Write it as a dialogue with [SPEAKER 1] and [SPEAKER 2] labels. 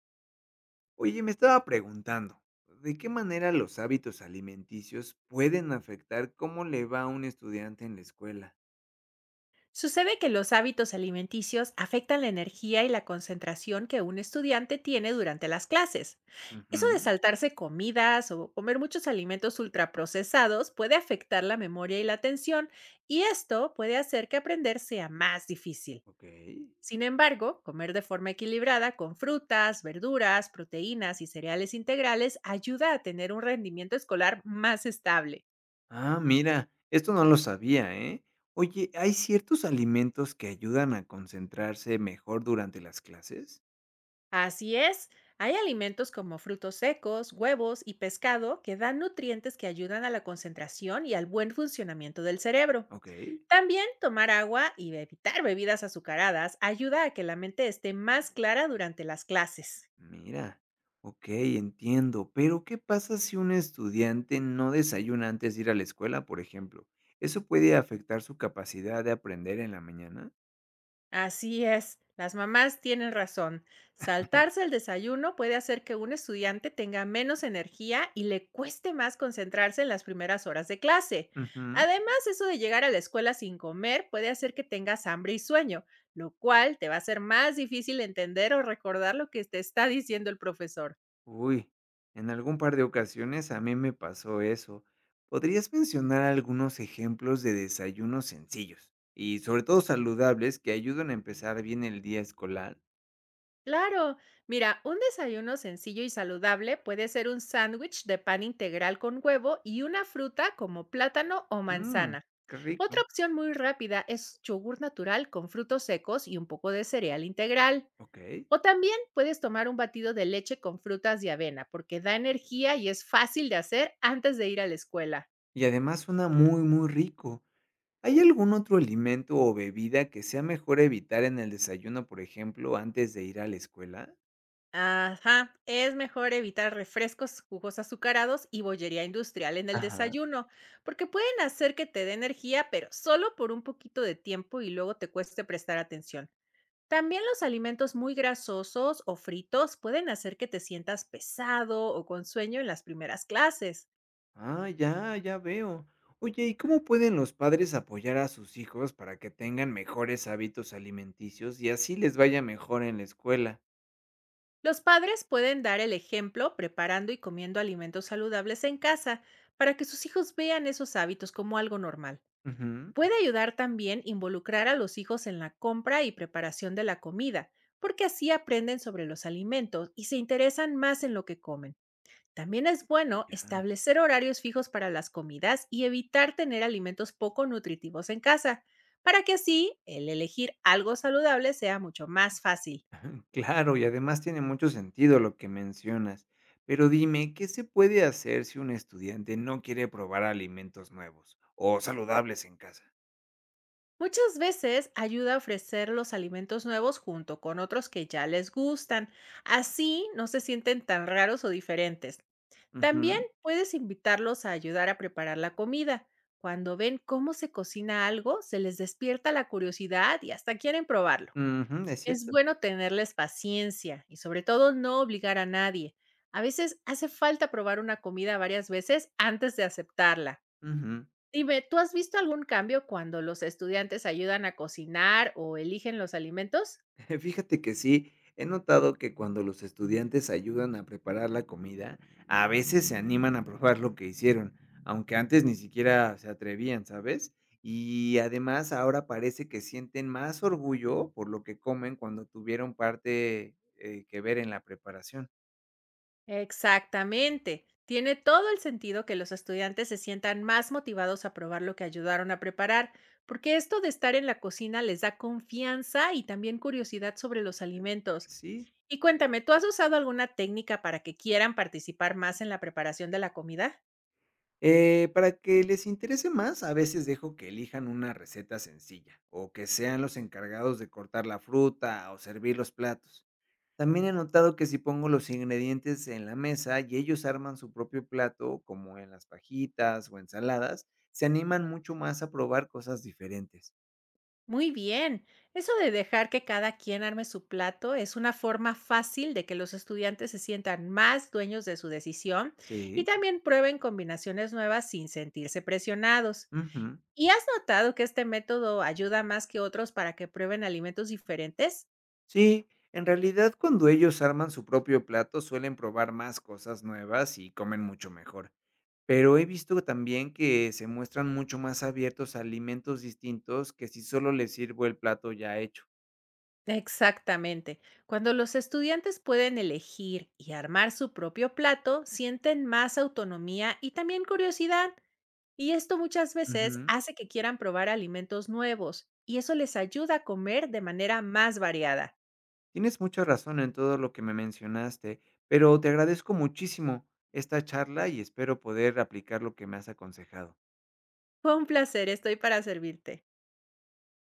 [SPEAKER 1] Oye, me estaba preguntando, ¿de qué manera los hábitos alimenticios pueden afectar cómo le va a un estudiante en la escuela?
[SPEAKER 2] Sucede que los hábitos alimenticios afectan la energía y la concentración que un estudiante tiene durante las clases. Eso de
[SPEAKER 1] Ujú,
[SPEAKER 2] saltarse comidas o comer muchos alimentos ultraprocesados puede afectar la memoria y la atención, y esto puede hacer que aprender sea más difícil.
[SPEAKER 1] ok.
[SPEAKER 2] Sin embargo, comer de forma equilibrada con frutas, verduras, proteínas y cereales integrales ayuda a tener un rendimiento escolar más estable.
[SPEAKER 1] Ah, mira, esto no lo sabía, ¿eh? Oye, ¿hay ciertos alimentos que ayudan a concentrarse mejor durante las clases?
[SPEAKER 2] Así es, hay alimentos como frutos secos, huevos y pescado que dan nutrientes que ayudan a la concentración y al buen funcionamiento del cerebro.
[SPEAKER 1] Ok,
[SPEAKER 2] También tomar agua y evitar bebidas azucaradas ayuda a que la mente esté más clara durante las clases.
[SPEAKER 1] mira, ok, entiendo, pero ¿qué pasa si un estudiante no desayuna antes de ir a la escuela, por ejemplo? ¿Eso puede afectar su capacidad de aprender en la mañana?
[SPEAKER 2] Así es, las mamás tienen razón. Saltarse el desayuno puede hacer que un estudiante tenga menos energía y le cueste más concentrarse en las primeras horas de clase.
[SPEAKER 1] Ujú.
[SPEAKER 2] Además, eso de llegar a la escuela sin comer puede hacer que tengas hambre y sueño, lo cual te va a ser más difícil entender o recordar lo que te está diciendo el profesor.
[SPEAKER 1] Uy, en algún par de ocasiones a mí me pasó eso. ¿Podrías mencionar algunos ejemplos de desayunos sencillos y sobre todo saludables que ayudan a empezar bien el día escolar?
[SPEAKER 2] Claro, mira, un desayuno sencillo y saludable puede ser un sándwich de pan integral con huevo y una fruta como plátano o
[SPEAKER 1] Mmm,
[SPEAKER 2] manzana.
[SPEAKER 1] qué
[SPEAKER 2] Otra
[SPEAKER 1] rico.
[SPEAKER 2] opción muy rápida es yogur natural con frutos secos y un poco de cereal integral.
[SPEAKER 1] Ok.
[SPEAKER 2] O también puedes tomar un batido de leche con frutas y avena porque da energía y es fácil de hacer antes de ir a la escuela.
[SPEAKER 1] Y además suena muy, muy rico. ¿Hay algún otro alimento o bebida que sea mejor evitar en el desayuno, por ejemplo, antes de ir a la escuela?
[SPEAKER 2] Ajá, es mejor evitar refrescos, jugos azucarados y bollería industrial en el
[SPEAKER 1] Ajá.
[SPEAKER 2] desayuno, porque pueden hacer que te dé energía, pero solo por un poquito de tiempo y luego te cueste prestar atención. También los alimentos muy grasosos o fritos pueden hacer que te sientas pesado o con sueño en las primeras clases.
[SPEAKER 1] Ah, ya, ya veo. Oye, ¿y cómo pueden los padres apoyar a sus hijos para que tengan mejores hábitos alimenticios y así les vaya mejor en la escuela?
[SPEAKER 2] Los padres pueden dar el ejemplo preparando y comiendo alimentos saludables en casa para que sus hijos vean esos hábitos como algo normal.
[SPEAKER 1] Ujú.
[SPEAKER 2] Puede ayudar también involucrar a los hijos en la compra y preparación de la comida, porque así aprenden sobre los alimentos y se interesan más en lo que comen. También es bueno
[SPEAKER 1] Ya.
[SPEAKER 2] establecer horarios fijos para las comidas y evitar tener alimentos poco nutritivos en casa, para que así el elegir algo saludable sea mucho más fácil.
[SPEAKER 1] Claro, y además tiene mucho sentido lo que mencionas. Pero dime, ¿qué se puede hacer si un estudiante no quiere probar alimentos nuevos o saludables en casa?
[SPEAKER 2] Muchas veces ayuda a ofrecer los alimentos nuevos junto con otros que ya les gustan. Así no se sienten tan raros o diferentes. También
[SPEAKER 1] Ujú,
[SPEAKER 2] puedes invitarlos a ayudar a preparar la comida. Cuando ven cómo se cocina algo, se les despierta la curiosidad y hasta quieren probarlo.
[SPEAKER 1] ujú, es
[SPEAKER 2] Es
[SPEAKER 1] cierto.
[SPEAKER 2] bueno tenerles paciencia y sobre todo no obligar a nadie. A veces hace falta probar una comida varias veces antes de aceptarla.
[SPEAKER 1] Ujú.
[SPEAKER 2] Dime, ¿tú has visto algún cambio cuando los estudiantes ayudan a cocinar o eligen los alimentos?
[SPEAKER 1] Fíjate que sí, he notado que cuando los estudiantes ayudan a preparar la comida, a veces se animan a probar lo que hicieron, aunque antes ni siquiera se atrevían, ¿sabes? Y además ahora parece que sienten más orgullo por lo que comen cuando tuvieron parte que ver en la preparación.
[SPEAKER 2] Exactamente. Tiene todo el sentido que los estudiantes se sientan más motivados a probar lo que ayudaron a preparar, porque esto de estar en la cocina les da confianza y también curiosidad sobre los alimentos.
[SPEAKER 1] Sí.
[SPEAKER 2] Y cuéntame, ¿tú has usado alguna técnica para que quieran participar más en la preparación de la comida?
[SPEAKER 1] Para que les interese más, a veces dejo que elijan una receta sencilla o que sean los encargados de cortar la fruta o servir los platos. También he notado que si pongo los ingredientes en la mesa y ellos arman su propio plato, como en las fajitas o ensaladas, se animan mucho más a probar cosas diferentes.
[SPEAKER 2] Muy bien. Eso de dejar que cada quien arme su plato es una forma fácil de que los estudiantes se sientan más dueños de su decisión y
[SPEAKER 1] Sí.
[SPEAKER 2] también prueben combinaciones nuevas sin sentirse presionados.
[SPEAKER 1] Ujú.
[SPEAKER 2] ¿Y has notado que este método ayuda más que otros para que prueben alimentos diferentes?
[SPEAKER 1] Sí, en realidad cuando ellos arman su propio plato suelen probar más cosas nuevas y comen mucho mejor. Pero he visto también que se muestran mucho más abiertos a alimentos distintos que si solo les sirvo el plato ya hecho.
[SPEAKER 2] Exactamente. Cuando los estudiantes pueden elegir y armar su propio plato, sienten más autonomía y también curiosidad. Y esto muchas veces
[SPEAKER 1] Ujú.
[SPEAKER 2] hace que quieran probar alimentos nuevos y eso les ayuda a comer de manera más variada.
[SPEAKER 1] Tienes mucha razón en todo lo que me mencionaste, pero te agradezco muchísimo esta charla y espero poder aplicar lo que me has aconsejado.
[SPEAKER 2] Fue un placer, estoy para servirte.